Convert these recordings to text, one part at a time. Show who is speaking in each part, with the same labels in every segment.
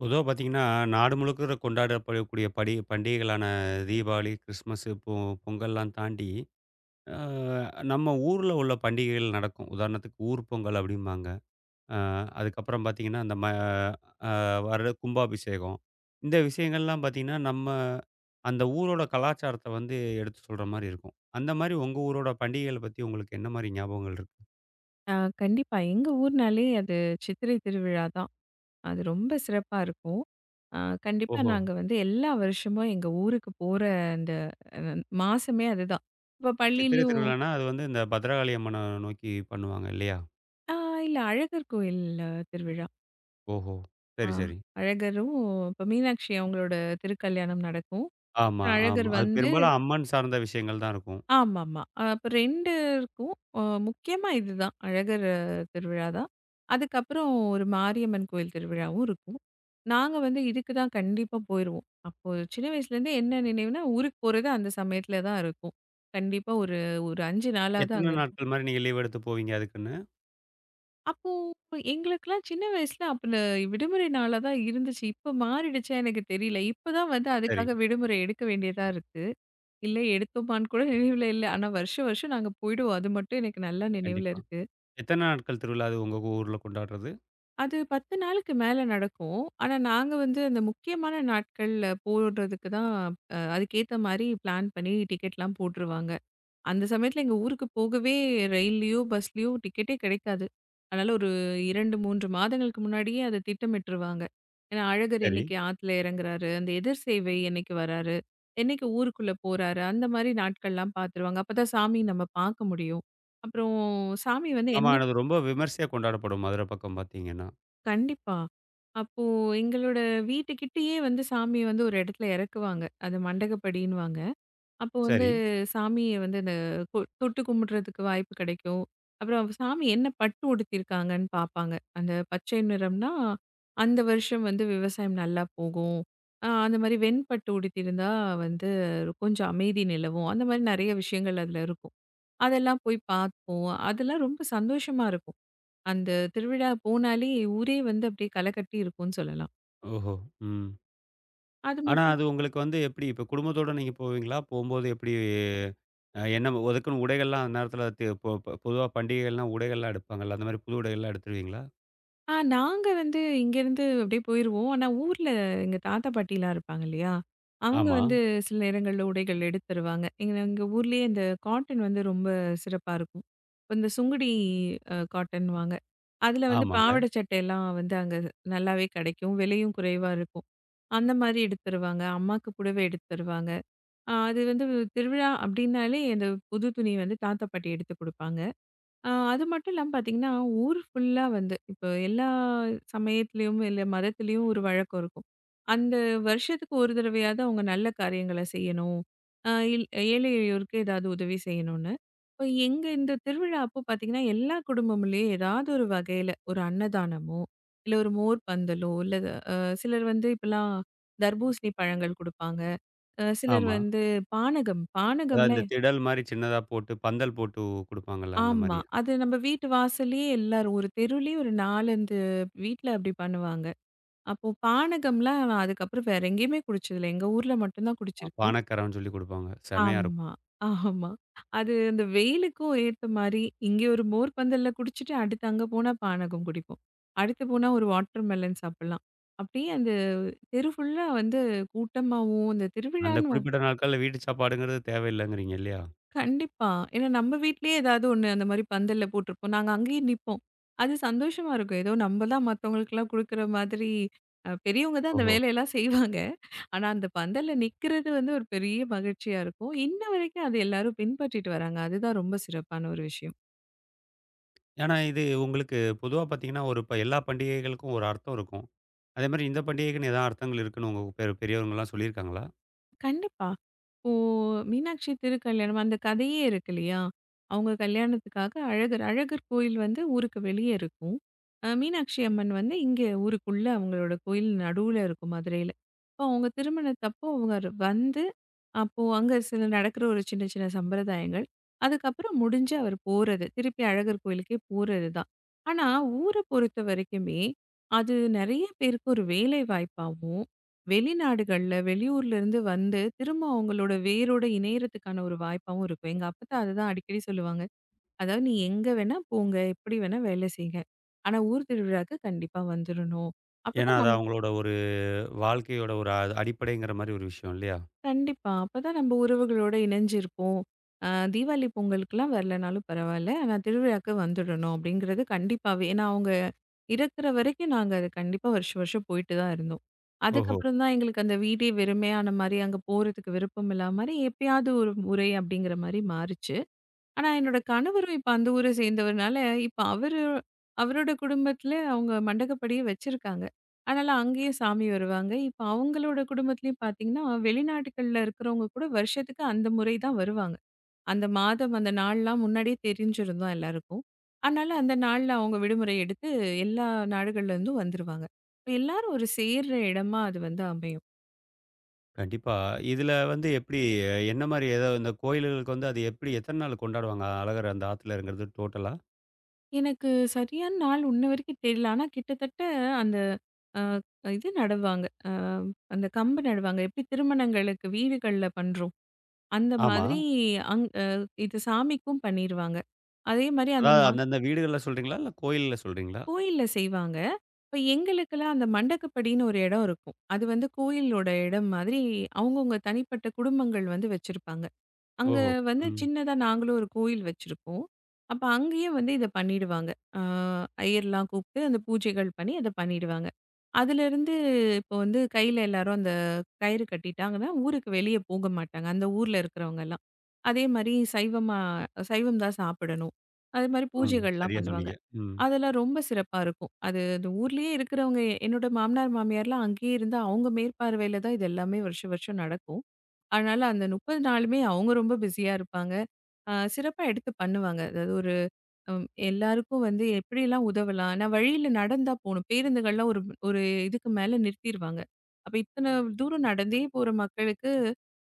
Speaker 1: பொதுவா பார்த்தீங்கன்னா, நாடு முழுக்க கொண்டாடப்படக்கூடிய படி பண்டிகைகளான தீபாவளி, கிறிஸ்மஸ், பொங்கல்லாம் தாண்டி, அ நம்ம ஊர்ல உள்ள பண்டிகைகள் நடக்கும். உதாரணத்துக்கு ஊர் பொங்கல் அப்படிம்பாங்க. அ அதுக்கப்புறம் பார்த்தீங்கன்னா, அந்த ம அ வர்ற கும்பாபிஷேகம். இந்த விஷயங்கள்லாம் பார்த்தீங்கன்னா, நம்ம அந்த ஊரோட கலாச்சாரத்த வந்து எடுத்து சொல்ற மாரி இருக்கும். அந்த மாரி உங்க ஊரோட பண்டிகைகள பத்தி உங்களுக்கு என்ன மாரி ஞாபகங்கள் இருக்கு?
Speaker 2: ஆ கண்டிப்பா. எங்க ஊர்னாலே அது சித்திரை திருவிழா தான். அது ரொம்ப சிறப்பா இருக்கும். ஆ கண்டிப்பா
Speaker 1: ஓஹோ!
Speaker 2: நாங்க வந்து எல்லா வருஷமும் எங்க ஊருக்கு போற அந்த அ மாசமே அதுதான். இப்ப
Speaker 1: சித்திரை
Speaker 2: பள்ளியிலயும்
Speaker 1: திருவிழான்னா, அது வந்து இந்த பத்ரகாளி அம்மன நோக்கி பண்ணுவாங்க இல்லையா?
Speaker 2: ஆ இல்ல அழகர் கோயில் திருவிழா.
Speaker 1: ஓஹோ!
Speaker 2: ஆ
Speaker 1: சரி, சரி.
Speaker 2: அழகரும் இப்ப மீனாட்சி அவங்களோட திருக்கல்யாணம் நடக்கும்.
Speaker 1: ஆமா, ஆமா.
Speaker 2: அழகர்
Speaker 1: அது
Speaker 2: வந்து
Speaker 1: பெரும்பாலும் அம்மன் சார்ந்த விஷயங்கள் தான் இருக்கும்.
Speaker 2: ஆமாமா. அப்ப 2 இருக்கும். அ முக்கியமா இதுதான். அழகர் திருவிழா தான். அதுக்கப்புறம் ஒரு மாரியம்மன் கோயில் திருவிழாவும் இருக்கும். நாங்க வந்து இதுக்கு தான் கண்டிப்பா போயிருவோம். அப்போ சின்ன வயசுலேருந்தே என்ன நினைவுனா, ஊருக்கு போறது அந்த சமயத்தில தான் இருக்கும். கண்டிப்பா ஒரு ஒரு 5 நாளாவது
Speaker 1: எத்தன
Speaker 2: அங்க இருக்கும்.
Speaker 1: நாட்கள் மாரி நீங்க லீவ் எடுத்து போவீங்க அதுக்குன்னு?
Speaker 2: அப்போ எங்களுக்கெல்லாம் சின்ன வயசுல அப்பல விடுமுறை நாளா தான் இருந்துச்சு. இப்ப மாறிடுச்சா எனக்கு தெரியல. இப்ப தான் வந்து
Speaker 1: சரி,
Speaker 2: அதுக்காக விடுமுறை எடுக்க வேண்டியதா இருக்கு. இல்ல எடுத்தோமான்னு கூட நினைவுல இல்ல. ஆனா வருஷம் வருஷம் நாங்க போயிடுவோம். அது மட்டும் எனக்கு நல்லா நினைவுல
Speaker 1: கண்டிப்பா.
Speaker 2: இருக்கு.
Speaker 1: எத்தன நாட்கள் திருவிழா அது உங்க ஊர்ல கொண்டாடுறது?
Speaker 2: அது 10 நாளுக்கு மேல நடக்கும். ஆனா நாங்க வந்து அந்த முக்கியமான நாட்கள்ல போடுறதுக்கு தான் அதுக்கேத்த மாரி பிளான் பண்ணி டிக்கெட்லாம் போட்டுருவாங்க. அந்த சமயத்துல எங்க ஊருக்கு போகவே ரயில்லயோ, பஸ்லயோ டிக்கெட்டே கிடைக்காது. அதனால ஒரு 2, 3 மாதங்களுக்கு முன்னாடியே அத திட்டமிட்டுருவாங்க. ஏன்னா, அழகர்
Speaker 1: சரி.
Speaker 2: என்னைக்கு ஆத்துல இறங்குறாரு, அந்த எதிர் சேவை என்னைக்கு வராரு, என்னைக்கு ஊருக்குள்ள போறாரு, அந்த மாரி நாட்கள்லாம் பாத்துருவாங்க. அப்பதான் சாமி நம்ம பாக்க முடியும். அப்புறம் சாமி வந்து
Speaker 1: ஆமா.
Speaker 2: என்ன
Speaker 1: அது ரொம்ப விமர்சையா கொண்டாடப்படும் மதுரை பக்கம் பார்த்தீங்கன்னா.
Speaker 2: கண்டிப்பா. அப்போ எங்களோட வீட்டுக்கிட்டயே வந்து சாமிய வந்து ஒரு இடத்துல இறக்குவாங்க. அது மண்டகப்படின்னுவாங்க. அப்போ வந்து
Speaker 1: சரி.
Speaker 2: சாமிய வந்து அந்த தொட்டு கும்பிடுறதுக்கு வாய்ப்பு கிடைக்கும். அப்புறம் சாமி என்ன பட்டு உடுத்தியிருக்காங்கன்னு பார்ப்பாங்க. அந்த பச்சை நிறம்னா, அந்த வருஷம் வந்து விவசாயம் நல்லா போகும். அந்த மாரி வெண்பட்டு உடுத்தியிருந்தா வந்து கொஞ்சம் அமைதி நிலவும். அந்த மாரி நெறைய விஷயங்கள் அதில இருக்கும். அதெல்லாம் போய் பார்ப்போம். அதெல்லாம் ரொம்ப சந்தோஷமா இருக்கும். அந்த திருவிழா போனாலே ஊரே வந்து அப்படியே களை கட்டி இருக்கும்னு சொல்லலாம்.
Speaker 1: ஓஹோ! ம்.
Speaker 2: அது
Speaker 1: ஆனா
Speaker 2: மட்டும்
Speaker 1: அது உங்களுக்கு வந்து எப்படி இப்ப குடும்பத்தோட நீங்க போவீங்களா? போம்போது எப்படி என்ன அதுக்குன்னு உடைகள்லாம் அந்த நேரத்தில தி பொ பொ பொதுவா பண்டிகைகள்லாம் உடைகள்லாம் எடுப்பாங்கல்ல. அந்த மாரி புது உடைகள்லாம் எடுத்துருவீங்களா?
Speaker 2: நாங்க வந்து இங்கேருந்து அப்படியே போயிருவோம். ஆனா ஊர்ல எங்க தாத்தா, பாட்டிலாம் இருப்பாங்க இல்லையா? அவங்க
Speaker 1: ஆமா.
Speaker 2: வந்து சில நேரங்கள்ல உடைகள் எடுத்து தருவாங்க. எங்க எங்க ஊர்லயே இந்த காட்டன் வந்து ரொம்ப சிறப்பா இருக்கும். இப்ப இந்த சுங்குடி காட்டன்வாங்க. அதுல வந்து
Speaker 1: ஆமாங்க.
Speaker 2: பாவாடை சட்டையெல்லாம் வந்து அங்க நல்லாவே கிடைக்கும். விலையும் குறைவா இருக்கும். அந்த மாரி எடுத்து தருவாங்க. அம்மாக்கு புடவை எடுத்து தருவாங்க. அது வந்து திருவிழா அப்படின்னாலே அந்த புது துணி வந்து தாத்தா, பாட்டி எடுத்து குடுப்பாங்க. அது மட்டும் இல்லாம பார்த்தீங்கன்னா, ஊர் ஃபுல்லா வந்து இப்போ எல்லா சமயத்திலயும், இல்ல மதத்திலயும் ஒரு வழக்கம் இருக்கும். அந்த வருஷத்துக்கு ஒரு தடவையாவது அவங்க நல்ல காரியங்கள செய்யணும். அ இல் ஏழை எளியோருக்கு ஏதாவது உதவி செய்யணும்னு. இப்ப எங்க இந்த திருவிழா அப்போ பார்த்தீங்கன்னா, எல்லா குடும்பமுலயும் ஏதாவது ஒரு வகையில ஒரு அன்னதானமோ, இல்ல ஒரு மோர் பந்தலோ, இல்ல அ சிலர் வந்து இப்பலாம் தர்பூசணி பழங்கள் குடுப்பாங்க. சிலர்
Speaker 1: ஆமா.
Speaker 2: வந்து பானகம்,
Speaker 1: அதாவது
Speaker 2: பானகம்ல
Speaker 1: இந்த திடல் மாரி சின்னதா போட்டு, பந்தல் போட்டு குடுப்பாங்கல்ல அந்த
Speaker 2: ஆமா.
Speaker 1: மாரியா?
Speaker 2: அது நம்ம வீட்டு வாசல்லயே எல்லாரும் ஒரு தெருவுலயே ஒரு 4, 5 வீட்ல அப்படி பண்ணுவாங்க. அப்போ பானகம்லாம் நான் அதுக்கப்புறம் வேற எங்கேயுமே குடிச்சதில்ல. எங்க ஊர்ல மட்டும் தான் குடிச்சிருக்கேன்.
Speaker 1: பானக்காரம்னு சொல்லி குடுப்பாங்க. செமையா
Speaker 2: ஆமா,
Speaker 1: இருக்கும்.
Speaker 2: ஆமா. அது அந்த வெயிலுக்கும் ஏத்த மாரி, இங்கே ஒரு மோர் பந்தல்ல குடிச்சிட்டு, அடுத்து அங்க போனா பானகம் குடிப்போம். அடுத்து போனா ஒரு வாட்டர் மெலன் சாப்பிடலாம். அப்படியே அந்த தெரு ஃபுல்லா வந்து கூட்டமாவும், இந்த
Speaker 1: அந்த
Speaker 2: திருவிழான்னு
Speaker 1: குறிப்பிட்ட நாட்கள்ல வீட்டு சாப்பாடுங்கிறது தேவையில்லங்கிறீங்க இல்லையா?
Speaker 2: கண்டிப்பா. ஏன்னா நம்ம வீட்லயே ஏதாவது ஒண்ணு அந்த மாரி பந்தல்ல போட்டிருப்போம். நாங்க அங்கேயே நிப்போம். அது சந்தோஷமா இருக்கும். ஏதோ நம்ம தான் மத்தவங்களுக்கெல்லாம் குடுக்குற மாதிரி பெரியவங்க தான் அந்த
Speaker 1: ஓஹோ!
Speaker 2: வேலையெல்லாம் செய்வாங்க. ஆனா அந்த பந்தல்ல நிக்கிறது வந்து ஒரு பெரிய மகிழ்ச்சியா இருக்கும். இன்ன வரைக்கும் அது எல்லாரும் பின்பற்றிட்டு வராங்க. அதுதான் ரொம்ப சிறப்பான ஒரு விஷயம்.
Speaker 1: ஆனா இது உங்களுக்கு பொதுவா பார்த்தீங்கன்னா, ஒரு இப்ப எல்லா பண்டிகைகளுக்கும் ஒரு அர்த்தம் இருக்கும். அதேமாரி இந்த பண்டிகைக்குன்னு ஏதாவது அர்த்தங்கள் இருக்குன்னு உங்க பெரியவங்கலாம் சொல்லியிருக்காங்களா?
Speaker 2: கண்டிப்பா. இப்போ மீனாட்சி திருக்கல்யாணம் அந்த கதையே இருக்கு இல்லையா? அவங்க கல்யாணத்துக்காக அழகர் அழகர் கோயில் வந்து ஊருக்கு வெளியே இருக்கும். மீனாட்சி அம்மன் வந்து இங்க ஊருக்குள்ள அவங்களோட கோயில் நடுவுல இருக்கும் மதுரையில. அப்போ அவங்க திருமணத்தப்போ அவங்க வந்து அப்போ அங்க சில நடக்கிற ஒரு சின்ன சின்ன சம்பிரதாயங்கள். அதுக்கப்புறம் முடிஞ்சு அவர் போறது. திருப்பி அழகர் கோயிலுக்கே போறது தான். ஆனா, ஊர பொறுத்த வரைக்குமே, அது நெறைய பேருக்கு ஒரு வேலை வாய்ப்பாவும், வெளிநாடுகள்ல, வெளியூர்ல இருந்து வந்து திரும்ப அவங்களோட வேரோட இணையறதுக்கான ஒரு வாய்ப்பாவும் இருக்கும். எங்க அப்பத்தா அதுதான் அடிக்கடி சொல்லுவாங்க. அதாவது, "நீ எங்க வேணா போங்க, எப்படி வேணா வேலை செய்ங்க. ஆனா ஊர் திருவிழாக்கு கண்டிப்பா வந்துரணும்.
Speaker 1: ஏன்னா,
Speaker 2: அப்பதான்
Speaker 1: அது அவங்களோட ஒரு வாழ்க்கையோட ஒரு அது அடிப்படைங்கிற மாரி ஒரு விஷயம் இல்லையா?
Speaker 2: கண்டிப்பா. அப்பதான் நம்ம உறவுகளோட இணைஞ்சிருப்போம். அ தீபாவளி, பொங்கலுக்குலாம் வரலனாலும் பரவால்ல. ஆனா திருவிழாக்கு வந்துடணும் அப்படிங்கிறது கண்டிப்பாவே. ஏன்னா அவங்க இருக்கிற வரைக்கும் நாங்க அது கண்டிப்பா வருஷம் வருஷம் போயிட்டு தான் இருந்தோம்.
Speaker 1: ஓஹோ!
Speaker 2: அதுக்கப்புறம் தான் எங்களுக்கு அந்த வீடே வெறுமையான மாரி, அங்க போறதுக்கு விருப்பம் இல்லாத மாரி எப்பயாவது ஒரு முறை அப்படிங்கிற மாரி மாறுச்சு. ஆனா, என்னோட கணவரும் இப்ப அந்த ஊர சேர்ந்தவர்னால, இப்ப அவரு அவரோட குடும்பத்தில அவங்க மண்டகப்படியே வச்சிருக்காங்க. அதனால அங்கேயே சாமி வருவாங்க. இப்ப அவங்களோட குடும்பத்திலயும் பார்த்தீங்கன்னா, வெளிநாடுகள்ல இருக்கிறவங்க கூட வருஷத்துக்கு அந்த முறை தான் வருவாங்க. அந்த மாதம், அந்த நாள்லாம் முன்னாடியே தெரிஞ்சிருந்தோம் எல்லாருக்கும். அதனால அந்த நாள்ல அவங்க விடுமுறை எடுத்து எல்லா நாடுகள்ல இருந்தும் வந்துருவாங்க. இப்ப எல்லாரும் ஒரு சேர்ற இடமா அது வந்து அமையும்.
Speaker 1: கண்டிப்பா. இதில வந்து எப்பிடி என்ன மாரி ஏதோ இந்த கோயில்களுக்கு வந்து அது எப்பிடி எத்தன நாள் கொண்டாடுவாங்க? அழகர் அந்த ஆத்துல இறங்குறது டோட்டலா?
Speaker 2: எனக்கு சரியான நாள் இன்ன வரைக்கும் தெரியல. ஆனா கிட்டத்தட்ட அந்த அ இது நடுவாங்க. அந்த கம்பு நடுவாங்க. எப்படி திருமணங்களுக்கு வீடுகள்ல பண்றோம். அந்த
Speaker 1: ஆமா.
Speaker 2: மாதிரி அங் அ இது சாமிக்கும் பண்ணிருவாங்க. அதே மாரி அந்த
Speaker 1: அதாவது அந்தந்த வீடுகள்ல சொல்றீங்களா? இல்ல கோயில்ல சொல்றீங்களா?
Speaker 2: கோயில்ல செய்வாங்க. இப்ப எங்களுக்கெல்லாம் அந்த மண்டக்கப்படின்னு ஒரு இடம் இருக்கும். அது வந்து கோயிலோட இடம் மாதிரி அவங்கவங்க தனிப்பட்ட குடும்பங்கள் வந்து வச்சிருப்பாங்க. அங்க
Speaker 1: ஓஹோ!
Speaker 2: வந்து
Speaker 1: ம்.
Speaker 2: சின்னதா நாங்களும் ஒரு கோயில் வச்சிருக்கோம். அப்ப அங்கேயே வந்து இத பண்ணிடுவாங்க. ஆ ஐயர்லாம் கூப்ட்டு அந்த பூஜைகள் பண்ணி அத பண்ணிடுவாங்க. அதுலேருந்து இப்போ வந்து கையில எல்லாரும் அந்த கயிறு கட்டிட்டாங்கன்னா, ஊருக்கு வெளிய போக மாட்டாங்க. அந்த ஊர்ல இருக்கிறவங்கலாம். அதே மாரி சைவமா சைவம் தான் சாப்பிடணும். அது மாரி
Speaker 1: ம்.
Speaker 2: பூஜைகள்லாம்
Speaker 1: சரியா
Speaker 2: பண்ணுவாங்க.
Speaker 1: சொன்னீங்க. ம்.
Speaker 2: அதெல்லாம் ரொம்ப சிறப்பா இருக்கும். அது அந்த ஊர்லயே இருக்கிறவங்க என்னோட மாமனார், மாமியார்லாம் அங்கேயே இருந்து அவங்க மேற்பார்வையில தான் இது எல்லாமே வருஷம் வருஷம் நடக்கும். அதனால அந்த 30 நாளுமே அவங்க ரொம்ப பிஸியா இருப்பாங்க. சிறப்பா எடுத்து பண்ணுவாங்க. அதாவது ஒரு எல்லாருக்கும் வந்து எப்படிலாம் உதவலாம்? ஆனா வழியில நடந்தா போணும். பேருந்துகள்லாம் ஒரு ஒரு இதுக்கு மேல நிறுத்திருவாங்க. அப்ப இத்தன தூரம் நடந்தே போற மக்களுக்கு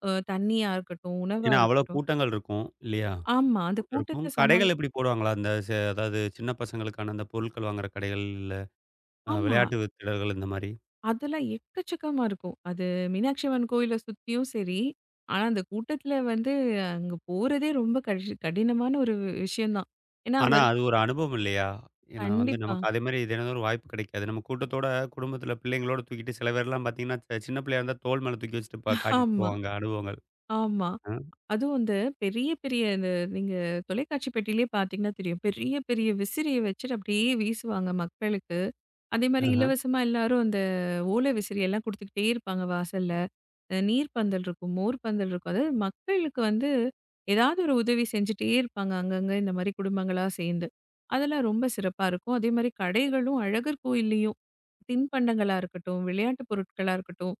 Speaker 2: தண்ணியா இருக்கட்டும், உணவா
Speaker 1: ஏன்னா அவ்வளோ
Speaker 2: இருக்கட்டும்
Speaker 1: கூட்டங்கள் இருக்கும் இல்லையா?
Speaker 2: ஆமா. அந்த
Speaker 1: கூட்டம் இருக்கும்.
Speaker 2: கூட்டத்த சமாளி
Speaker 1: கடைகள் எப்படி போடுவாங்களா? அந்த ச அதாவது சின்ன பசங்களுக்கான அந்த பொருட்கள் வாங்குற கடைகள், இல்ல
Speaker 2: ஆமா.
Speaker 1: விளையாட்டு திடல்கள் இந்த மாரி.
Speaker 2: அதெல்லாம் எக்கச்சக்கமா இருக்கும். அது மீனாட்சி அம்மன் கோயில சுத்தியும் சரி. ஆனா அந்த கூட்டத்துல வந்து அங்க போறதே ரொம்ப கடினமான ஒரு விஷயம் தான். ஏன்னா,
Speaker 1: ஆனா அது ஒரு அனுபவம் இல்லையா? ஏன்னா வந்து
Speaker 2: கண்டிப்பா.
Speaker 1: நமக்கு அதே மாரி தினந்தோறும் வாய்ப்பு கிடைக்காது. நம்ம கூட்டத்தோட குடும்பத்தில பிள்ளைங்களோட தூக்கிட்டு சில பேர்லாம் பார்த்தீங்கன்னா, சின்ன பிள்ளையா இருந்தா தோள் மேல தூக்கி வச்சுட்டு காட்டிட்டு
Speaker 2: ஆமா,
Speaker 1: போவாங்க அனுபவங்கள்.
Speaker 2: ஆமா.
Speaker 1: அ,
Speaker 2: அதுவும் இந்த பெரிய, பெரிய இந்த நீங்க தொலைக்காட்சி பெட்டியிலே பார்த்தீங்கன்னா தெரியும். பெரிய, பெரிய விசிறிய வச்சுட்டு அப்படியே வீசுவாங்க மக்களுக்கு. அதேமாரி
Speaker 1: அஹ.
Speaker 2: இலவசமா எல்லாரும் அந்த ஓலை விசிறி எல்லாம் குடுத்துக்கிட்டே இருப்பாங்க வாசல்ல. நீர் பந்தல் இருக்கும், மோர் பந்தல் இருக்கும். அதாவது மக்களுக்கு வந்து ஏதாவது ஒரு உதவி செஞ்சுட்டே இருப்பாங்க அங்கங்க இந்த மாதிரி குடும்பங்களா சேர்ந்து. அதெல்லாம் ரொம்ப சிறப்பா இருக்கும். அதே மாதிரி கடைகளும் அழகர் கோயில்லையும் தின்பண்டங்களா இருக்கட்டும், விளையாட்டு பொருட்களா இருக்கட்டும்,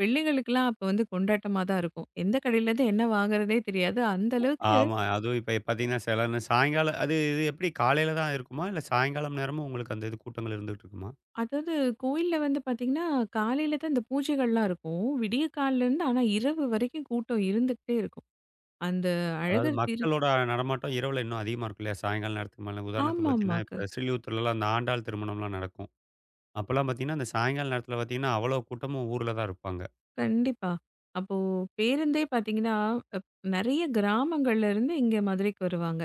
Speaker 2: பிள்ளைகளுக்கெல்லாம் அப்ப வந்து கொண்டாட்டமா தான் இருக்கும். எந்த கடையிலேருந்து என்ன வாங்குறதே தெரியாது. அந்த அளவுக்கு
Speaker 1: ஆமா. அதுவும் இப்ப பார்த்தீங்கன்னா, சில நே சாயங்காலம் அது இது எப்படி காலையில தான் இருக்குமா? இல்ல சாயங்காலம் நேரமும் உங்களுக்கு அந்த இது கூட்டங்கள் இருந்துட்டு இருக்குமா?
Speaker 2: அதாவது கோயில்ல வந்து பார்த்தீங்கன்னா, காலையில தான் இந்த பூஜைகள்லாம் இருக்கும். விடிய காலையிலேருந்து ஆனா இரவு வரைக்கும் கூட்டம் இருந்துகிட்டே இருக்கும். அந்த
Speaker 1: அதாவது
Speaker 2: அழகர் திருப்பி
Speaker 1: மக்களோட நடமாட்டம் இரவுல இன்னும் அதிகமா இருக்கும் இல்லையா? சாயங்கால நேரத்துக்கு மேல. உதாரணத்துக்கு
Speaker 2: ஆமாமா.
Speaker 1: பார்த்தீங்கன்னா, இப்ப ஸ்ரீவில்லிபுத்தூர்லலாம் அந்த ஆண்டாள் திருமணம்லாம் நடக்கும். அப்பலாம் பார்த்தீங்கன்னா, அந்த சாயங்கால நேரத்தில பார்த்தீங்கன்னா, அவ்வளோ கூட்டமும் ஊர்ல தான் இருப்பாங்க.
Speaker 2: கண்டிப்பா. அப்போ பேருந்தே பார்த்தீங்கன்னா, அப் நெறைய கிராமங்கள்ல இருந்து இங்க மதுரைக்கு வருவாங்க.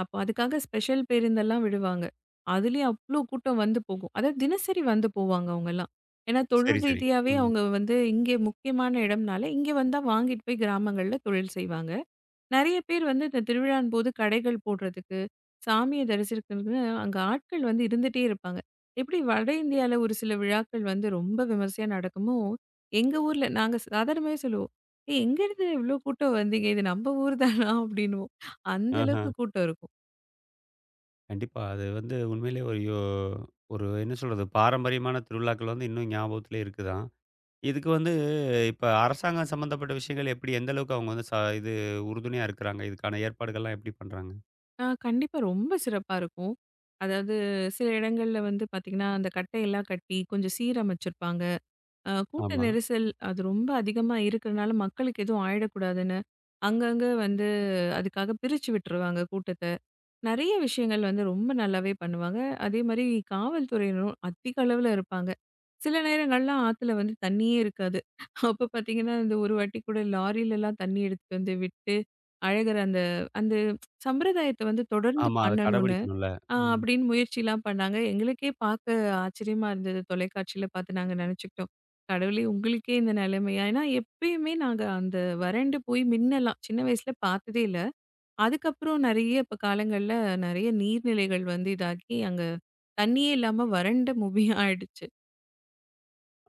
Speaker 2: அப்போ அதுக்காக ஸ்பெஷல் பேருந்தெல்லாம் விடுவாங்க. அதுலயும் அவ்ளோ கூட்டம் வந்து போகும். அதாவது தினசரி வந்து போவாங்க அவங்கலாம். ஏன்னா
Speaker 1: சரி,
Speaker 2: தொழில்
Speaker 1: சரி.
Speaker 2: ரீதியாவே
Speaker 1: ம்.
Speaker 2: அவங்க வந்து இங்கே முக்கியமான இடம்னால, இங்க வந்தா வாங்கிட்டு போய் கிராமங்கள்ல தொழில் செய்வாங்க. நெறைய பேர் வந்து இந்த திருவிழான் போது கடைகள் போடுறதுக்கு, சாமிய தரிசிக்கிறதுக்குன்னு அங்க ஆட்கள் வந்து இருந்துட்டே இருப்பாங்க. எப்படி வட இந்தியால ஒரு சில விழாக்கள் வந்து ரொம்ப விமர்சையா நடக்குமோ, எங்க ஊர்ல நாங்க சாதாரணமாவே சொல்லுவோம். "ஏய் எங்கேருந்து இவ்ளோ கூட்டம் வந்தீங்க? இது நம்ம ஊர் தானா?" அப்படின்னுவோம். அந்த
Speaker 1: ஆஹா.
Speaker 2: அளவுக்கு கூட்டம் இருக்கும்.
Speaker 1: கண்டிப்பா. அது வந்து உண்மையிலேயே ஒரு என்ன சொல்றது? பாரம்பரியமான திருவிழாக்கள் வந்து இன்னும் ஞாபகத்திலே இருக்குதான். இதுக்கு வந்து இப்ப அரசாங்கம் சம்மந்தப்பட்ட விஷயங்கள் எப்படி எந்த அளவுக்கு அவங்க வந்து ச இது உறுதுணையா இருக்கிறாங்க? இதுக்கான ஏற்பாடுகள்லாம் எப்படி பண்றாங்க?
Speaker 2: கண்டிப்பா ரொம்ப சிறப்பா இருக்கும். அதாவது சில இடங்கள்ல வந்து பார்த்தீங்கன்னா, அந்த கட்டையெல்லாம் கட்டி கொஞ்சம் சீரமைச்சிருப்பாங்க. கூட்ட
Speaker 1: ஆமா.
Speaker 2: நெரிசல் அது ரொம்ப அதிகமா இருக்கறனால மக்களுக்கு எதுவும் ஆயிடக்கூடாதுன்னு, அங்கங்க வந்து அதுக்காக பிரிச்சு விட்டுருவாங்க கூட்டத்த. நெறைய விஷயங்கள் வந்து ரொம்ப நல்லாவே பண்ணுவாங்க. அதே மாரி காவல்துறையினரும் அதிக அளவுல இருப்பாங்க. சில நேரங்கள்லாம் ஆத்துல வந்து தண்ணியே இருக்காது. அப்ப பார்த்தீங்கன்னா, இந்த ஒரு வாட்டி கூட லாரிலலாம் தண்ணி எடுத்துட்டு வந்து விட்டு, அழகர் அந்த அந்த சம்பிரதாயத்த வந்து தொடர்ந்து
Speaker 1: ஆமா. அத
Speaker 2: பண்ணணும்னு,
Speaker 1: கடைபிடிக்கணும்ல. ம்.
Speaker 2: அப்படின்னு முயற்சிலாம் பண்ணாங்க. எங்களுக்கே பார்க்க ஆச்சரியமா இருந்தது. தொலைக்காட்சியில பார்த்து நாங்க நெனச்சுக்கிட்டோம். கடவுளே! உங்களுக்கே இந்த நெலைமையா? ஏன்னா எப்பயுமே நாங்க அந்த வறண்டு போய் மின்னலாம் சின்ன வயசுல பார்த்ததே இல்ல. அதுக்கப்புறம் நெறைய இப்ப காலங்கள்ல நெறைய நீர்நிலைகள் வந்து இதாக்கி, அங்க தண்ணியே இல்லாம வறண்ட பூமியா ஆயிடுச்சு.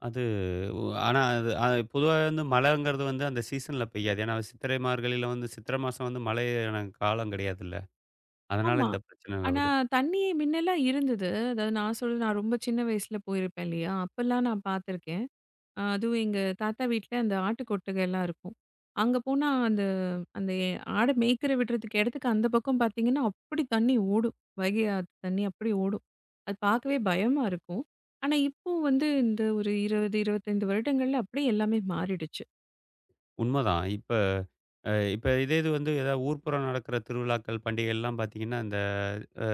Speaker 1: அது ஒ ஆனா அது அது பொதுவா வந்து மழைங்கிறது வந்து அந்த சீசன்ல பெய்யாது. ஏன்னா சித்திரை மார்கழியில வந்து சித்திரை மாசம் வந்து மழையான காலம் கிடையாதுல்ல. அதனால
Speaker 2: ஆமா.
Speaker 1: இந்த பிரச்சனை
Speaker 2: ஆனா,
Speaker 1: நிலவுது.
Speaker 2: தண்ணி முன்னலாம் இருந்தது. அதாவது நான் சொல்றது நான் ரொம்ப சின்ன வயசுல போயிருப்பேன் இல்லையா? அப்பலாம் நான் பார்த்துருக்கேன். அதுவும் எங்க தாத்தா வீட்ல அந்த ஆட்டு கொட்டகைலாம் இருக்கும். அங்க போனா அந்த அந்த எ ஆட மேய்க்கிற விடுறதுக்கு இடத்துக்கு அந்த பக்கம் பார்த்தீங்கன்னா, அப்படி தண்ணி ஓடும். வைகை ஆத்து தண்ணி அப்படி ஓடும். அது பார்க்கவே பயமா இருக்கும். ஆனா, இப்போ வந்து இந்த ஒரு 20, 25 வருடங்கள்ல அப்படியே எல்லாமே மாறிடுச்சு.
Speaker 1: உண்மதான். இப்ப இதே இது வந்து ஏதாவது ஊர்ப்புறம் நடக்கிற திருவிழாக்கள், பண்டிகைகள்லாம் பார்த்தீங்கன்னா, இந்த அ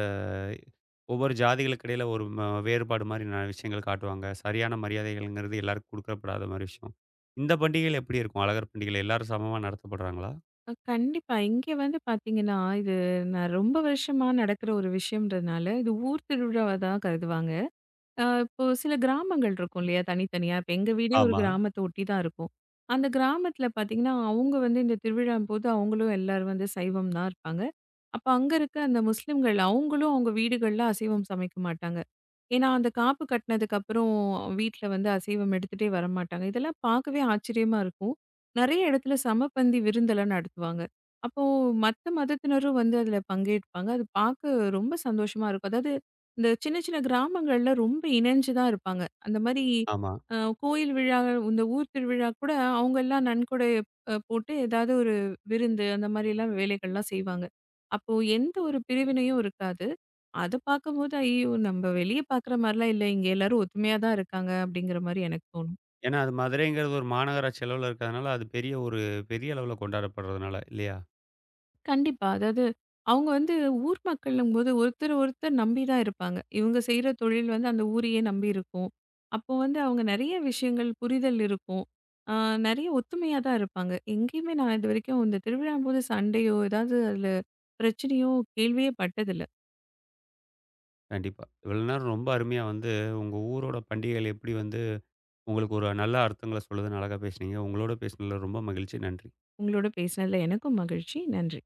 Speaker 1: ஒவ்வொரு ஜாதிகளுக்கு இடையில ஒரு ம வேறுபாடு மாரி நிறைய விஷயங்கள் காட்டுவாங்க. சரியான மரியாதைகள்ங்கிறது எல்லாருக்கும் குடுக்கப்படாத மாரி விஷயம். இந்த பண்டிகைகள் எப்படி இருக்கும்? அழகர் பண்டிகையில எல்லாரும் சமமா நடத்தப்படுறாங்களா?
Speaker 2: கண்டிப்பா. இங்கே வந்து பார்த்தீங்கன்னா, இது நான் ரொம்ப வருஷமா நடக்கிற ஒரு விஷயம்ன்றதுனால, இது ஊர் திருவிழாவா தான் கருதுவாங்க. இப்போ சில கிராமங்கள் இருக்கும் இல்லையா? தனித்தனியா. இப்ப எங்க வீடே ஒரு
Speaker 1: ஆமா,
Speaker 2: கிராமத்த ஒட்டி தான் இருக்கும். அந்த கிராமத்துல பார்த்தீங்கன்னா, அவங்க வந்து இந்த திருவிழாம்போது அவங்களும் எல்லாரும் வந்து சைவம் தான் இருப்பாங்க. அப்ப அங்க இருக்க அந்த முஸ்லிம்கள் அவங்களும் அவங்க வீடுகள்ல அசைவம் சமைக்க மாட்டாங்க. ஏன்னா, அந்த காப்பு கட்டினதுக்கு அப்புறம் வீட்ல வந்து அசைவம் எடுத்துட்டே வரமாட்டாங்க. இதெல்லாம் பார்க்கவே ஆச்சரியமா இருக்கும். நெறைய இடத்துல சமபந்தி விருந்தெல்லாம் நடத்துவாங்க. அப்போ மத்த மதத்தினரும் வந்து அதுல பங்கேற்பாங்க. அது பார்க்க ரொம்ப சந்தோஷமா இருக்கும். அதாவது இந்த சின்ன சின்ன கிராமங்கள்ல ரொம்ப இணைஞ்சு தான் இருப்பாங்க. அந்த மாரி
Speaker 1: ஆமா.
Speaker 2: அ கோயில் விழா, இந்த ஊர் திருவிழா கூட அவங்கலாம் நன்கொடை போட்டு ஏதாவது ஒரு விருந்து அந்த மாரிலாம் வேலைகள்லாம் செய்வாங்க. அப்போ எந்த ஒரு பிரிவினையும் இருக்காது. அத பார்க்கும்போது, ஐயோ! நம்ம வெளிய பார்க்குற மாரிலாம் இல்ல. இங்க எல்லாரும் ஒத்துமையா தான் இருக்காங்க. அப்படிங்கிற மாரி எனக்கு தோணும்.
Speaker 1: ஏன்னா, அது மதுரைங்கிறது ஒரு மாநகராட்சி அளவுல இருக்கிறதுனால, அது பெரிய ஒரு பெரிய அளவுல கொண்டாடப்படுறதுனால இல்லையா?
Speaker 2: கண்டிப்பா. அதாவது, அவங்க வந்து ஊர் மக்களும்போது ஒருத்தர் ஒருத்தர் நம்பி தான் இருப்பாங்க. இவங்க செய்ற தொழில் வந்து அந்த ஊரையே நம்பி இருக்கும். அப்போ வந்து அவங்க நெறைய விஷயங்கள் புரிதல் இருக்கும். ஆ நெறைய ஒத்துமையா தான் இருப்பாங்க. எங்கேயுமே நான் இதுவரைக்கும் இந்த திருவிழாம்போது சண்டையோ, ஏதாவது அதில பிரச்சனையோ, கேள்வியே பட்டதில்ல.
Speaker 1: கண்டிப்பா. இவ்வளோ நேரம் ரொம்ப அருமையா வந்து உங்க ஊரோட பண்டிகைகள் எப்படி வந்து உங்களுக்கு ஒரு நல்ல அர்த்தங்கள சொல்லுதுன்னு அழகா பேசுனீங்க. உங்களோட பேசினதில ரொம்ப மகிழ்ச்சி. நன்றி.
Speaker 2: உங்களோட பேசினதில எனக்கும் மகிழ்ச்சி. நன்றி.